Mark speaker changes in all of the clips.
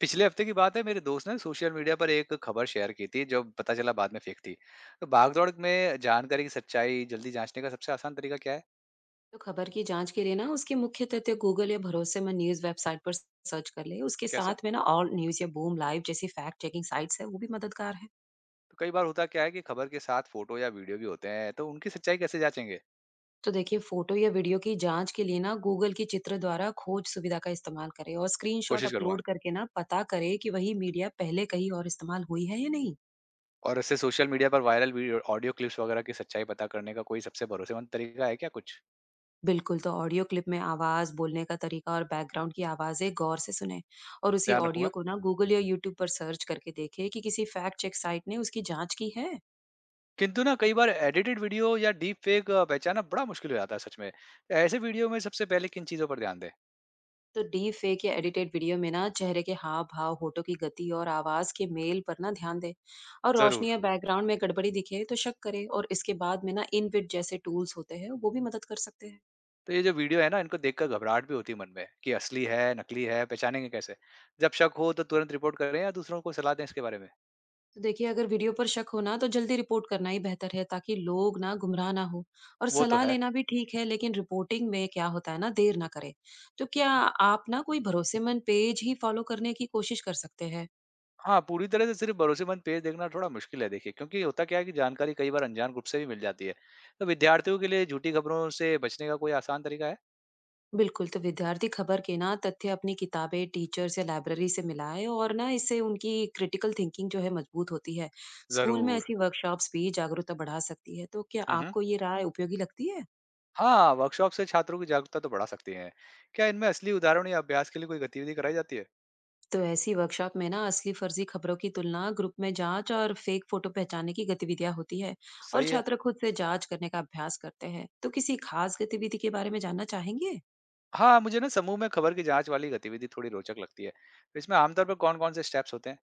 Speaker 1: पिछले हफ्ते की बात है। मेरे दोस्त ने सोशल मीडिया पर एक खबर शेयर की थी जो पता चला बाद में फेक थी। तो भागदौड़ में जानकारी की सच्चाई जल्दी जांचने का सबसे आसान तरीका क्या है?
Speaker 2: तो खबर की जांच के लिए ना उसके मुख्य तथ्य गूगल या भरोसेमंद न्यूज वेबसाइट पर सर्च कर ले। उसके
Speaker 1: कैसे?
Speaker 2: साथ में ना ऑल न्यूज या बूम लाइव जैसी फैक्ट चेकिंग साइट्स है वो भी मददगार है।
Speaker 1: तो कई बार होता क्या है कि खबर के साथ फोटो या वीडियो भी होते हैं, तो उनकी सच्चाई कैसे जांचेंगे?
Speaker 2: तो देखिए, फोटो या वीडियो की जांच के लिए ना गूगल की चित्र द्वारा खोज सुविधा का इस्तेमाल करें और स्क्रीनशॉट
Speaker 1: कोशिश करूंगा।
Speaker 2: अपलोड करके ना पता करें कि वही मीडिया पहले कहीं और इस्तेमाल हुई है या नहीं।
Speaker 1: और इससे सोशल मीडिया पर वायरल वीडियो ऑडियो क्लिप्स वगैरह की सच्चाई पता करने का कोई सबसे भरोसेमंद तरीका है क्या कुछ?
Speaker 2: बिल्कुल। तो ऑडियो क्लिप में आवाज बोलने का तरीका और बैकग्राउंड की आवाजें गौर से सुने और उसी
Speaker 1: ध्यान
Speaker 2: ऑडियो
Speaker 1: रखूंगा।
Speaker 2: को ना गूगल या यूट्यूब पर सर्च करके देखे कि किसी फैक्ट चेक साइट ने उसकी जांच की है।
Speaker 1: किंतु ना कई बार एडिटेड वीडियो या डीप फेक पहचाना बड़ा मुश्किल हो जाता है सच में। ऐसे वीडियो में सबसे पहले किन चीजों पर ध्यान दें?
Speaker 2: तो डीप फेक या एडिटेड वीडियो में ना चेहरे के हाव भाव, होठों की गति और आवाज के मेल पर ना ध्यान दे। और रोशनी
Speaker 1: जरूर।
Speaker 2: या बैकग्राउंड में गड़बड़ी दिखे तो शक करे। और इसके बाद में ना इनबिल्ट जैसे टूल्स होते हैं वो भी मदद कर सकते हैं।
Speaker 1: तो ये जो वीडियो है ना, इनको देखकर घबराहट भी होती है मन में कि असली है, नकली है, पहचानेंगे कैसे? जब शक हो तो तुरंत रिपोर्ट करें या दूसरों को सलाह दें इसके बारे में?
Speaker 2: तो देखिए, अगर वीडियो पर शक हो ना तो जल्दी रिपोर्ट करना ही बेहतर है ताकि लोग ना गुमराह ना हो। और
Speaker 1: वो तो
Speaker 2: सलाह
Speaker 1: है।
Speaker 2: लेना भी ठीक है, लेकिन रिपोर्टिंग में क्या होता है ना, देर ना करे। तो क्या आप ना कोई भरोसेमंद पेज ही फॉलो करने की कोशिश कर सकते हैं।
Speaker 1: हाँ, पूरी तरह से सिर्फ भरोसेमंद पेज देखना थोड़ा मुश्किल है देखिए, क्योंकि होता क्या है कि जानकारी कई बार अनजान ग्रुप से भी मिल जाती है। तो विद्यार्थियों के लिए झूठी खबरों से बचने का कोई आसान तरीका है?
Speaker 2: बिल्कुल, तो विद्यार्थी खबर के ना तथ्य अपनी किताबें, टीचर्स या लाइब्रेरी से मिलाए और ना इससे उनकी क्रिटिकल थिंकिंग जो है मजबूत होती है। स्कूल में
Speaker 1: ज़रूर।
Speaker 2: ऐसी वर्कशॉप्स भी जागरूकता बढ़ा सकती है। तो क्या
Speaker 1: हुँ, हुँ।
Speaker 2: आपको ये राय उपयोगी लगती है?
Speaker 1: हाँ, वर्कशॉप से छात्रों की जागरूकता तो बढ़ा सकती हैं। क्या इनमें असली उदाहरण या अभ्यास के लिए कोई गतिविधि कराई जाती है?
Speaker 2: तो ऐसी वर्कशॉप में ना असली फर्जी खबरों की तुलना, ग्रुप में जांच और फेक फोटो पहचानने की गतिविधियां होती है। और
Speaker 1: सही है।
Speaker 2: छात्र खुद से जांच करने का अभ्यास करते हैं। तो किसी खास गतिविधि के बारे में जानना चाहेंगे?
Speaker 1: हाँ, मुझे ना समूह में खबर की जाँच वाली गतिविधि थोड़ी रोचक लगती है। तो इसमें आमतौर पर कौन-कौन से स्टेप्स होते हैं?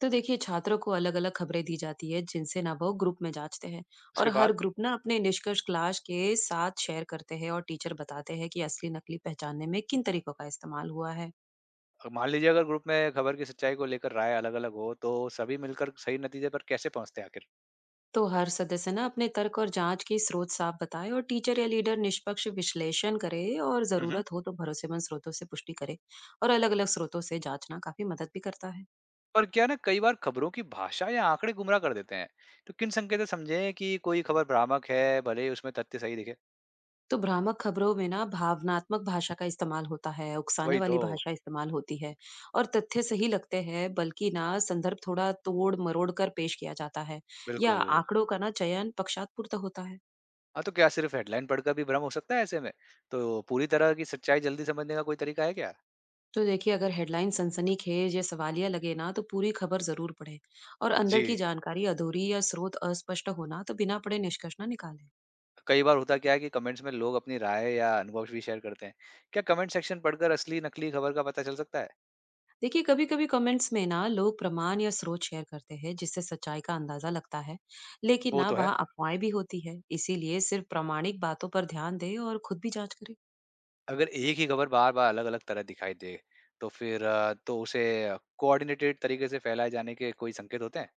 Speaker 2: तो देखिए, छात्रों को अलग अलग खबरें दी जाती है जिनसे ना वो ग्रुप में जांचते हैं। और
Speaker 1: उसके बाद?
Speaker 2: हर ग्रुप ना अपने निष्कर्ष क्लास के साथ शेयर करते हैं और टीचर बताते हैं कि असली नकली पहचानने में किन तरीकों का इस्तेमाल हुआ है।
Speaker 1: मान लीजिए अगर ग्रुप में खबर की सच्चाई को लेकर राय अलग-अलग हो, तो सभी मिलकर सही नतीजे पर कैसे पहुँचते हैं आखिर?
Speaker 2: तो हर सदस्य ना अपने तर्क और जांच के स्रोत साफ बताए और टीचर या लीडर निष्पक्ष विश्लेषण करे। और
Speaker 1: हुँ, हुँ।
Speaker 2: जरूरत हो तो भरोसेमंद स्रोतों से पुष्टि करे। और अलग अलग स्रोतों से जांचना काफी मदद भी करता है।
Speaker 1: पर क्या है ना, कई बार खबरों की भाषा या आंकड़े गुमराह कर देते हैं। तो किन संकेत से समझें कि कोई खबर भ्रामक है, भले ही उसमें तथ्य सही दिखे?
Speaker 2: तो भ्रामक खबरों में ना भावनात्मक भाषा का इस्तेमाल होता है, उकसाने
Speaker 1: वही तो।
Speaker 2: वाली भाषा इस्तेमाल होती है और तथ्य सही लगते हैं, बल्कि ना संदर्भ थोड़ा तोड़-मरोड़ कर पेश किया जाता है या
Speaker 1: बिल्कुल।
Speaker 2: आंकड़ों का ना चयन पक्षातपूर्त होता है।
Speaker 1: हाँ, तो क्या सिर्फ़ हेडलाइन पढ़कर भी भ्रम हो सकता है ऐसे में? तो पूरी तरह की सच्चाई जल्दी समझने का कोई तरीका है क्या?
Speaker 2: तो देखिए, अगर हेडलाइन सनसनीखेज या सवालिया लगे ना, तो पूरी खबर जरूर पढ़े। और
Speaker 1: जी।
Speaker 2: अंदर की जानकारी अधूरी या स्रोत अस्पष्ट होना तो बिना पढ़े निष्कर्ष ना निकाले।
Speaker 1: कई बार होता क्या है कि कमेंट्स में लोग अपनी राय या अनुभव भी शेयर करते हैं। क्या कमेंट सेक्शन पढ़कर असली नकली खबर का पता चल सकता है?
Speaker 2: देखिए, कभी कभी कमेंट्स में ना लोग प्रमाण या स्रोत शेयर करते हैं जिससे सच्चाई का अंदाजा लगता है। लेकिन
Speaker 1: वो
Speaker 2: ना
Speaker 1: तो है।
Speaker 2: वहाँ अफवाहें भी होती है, इसीलिए सिर्फ प्रामाणिक बातों पर ध्यान दें और खुद भी जांच करें।
Speaker 1: अगर एक ही खबर बार बार अलग अलग तरह दिखाई दे, तो फिर तो उसे कोऑर्डिनेटेड तरीके से फैलाए जाने के कोई संकेत होते हैं?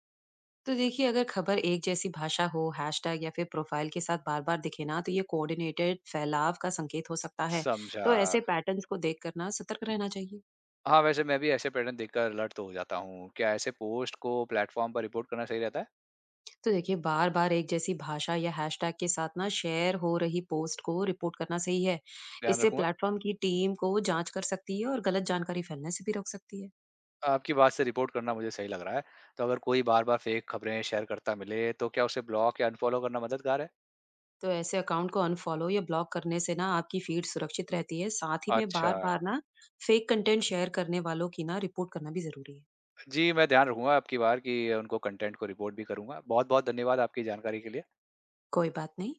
Speaker 2: तो देखिए, अगर खबर एक जैसी भाषा हो, हैशटैग या फिर प्रोफाइल के साथ बार बार दिखे ना, तो ये कोऑर्डिनेटेड फैलाव का संकेत हो सकता है।
Speaker 1: समझा।
Speaker 2: तो ऐसे पैटर्न्स को देख करना सतर्क रहना चाहिए।
Speaker 1: हाँ, वैसे मैं भी ऐसे पैटर्न देखकर अलर्ट तो हो जाता हूँ। क्या ऐसे पोस्ट को प्लेटफॉर्म पर रिपोर्ट करना सही रहता है?
Speaker 2: तो देखिए, बार बार एक जैसी भाषा या हैशटैग के साथ ना शेयर हो रही पोस्ट को रिपोर्ट करना सही है।
Speaker 1: ध्यान
Speaker 2: इससे
Speaker 1: रखूंगा।
Speaker 2: प्लेटफॉर्म की टीम को जांच कर सकती है और गलत जानकारी फैलने से भी रोक सकती है।
Speaker 1: आपकी बात से रिपोर्ट करना मुझे सही लग रहा है। तो अगर कोई बार बार फेक खबरें शेयर करता मिले तो क्या उसे ब्लॉक या अनफॉलो करना मददगार है?
Speaker 2: तो ऐसे अकाउंट को अनफॉलो या ब्लॉक करने से ना आपकी फीड सुरक्षित रहती है। साथ ही में
Speaker 1: अच्छा।
Speaker 2: बार बार ना फेक कंटेंट शेयर करने वालों की ना रिपोर्ट करना भी जरूरी है।
Speaker 1: जी, मैं ध्यान रखूँगा अब की बार कि उनको कंटेंट को रिपोर्ट भी करूँगा। बहुत-बहुत धन्यवाद आपकी जानकारी के लिए।
Speaker 2: कोई बात नहीं।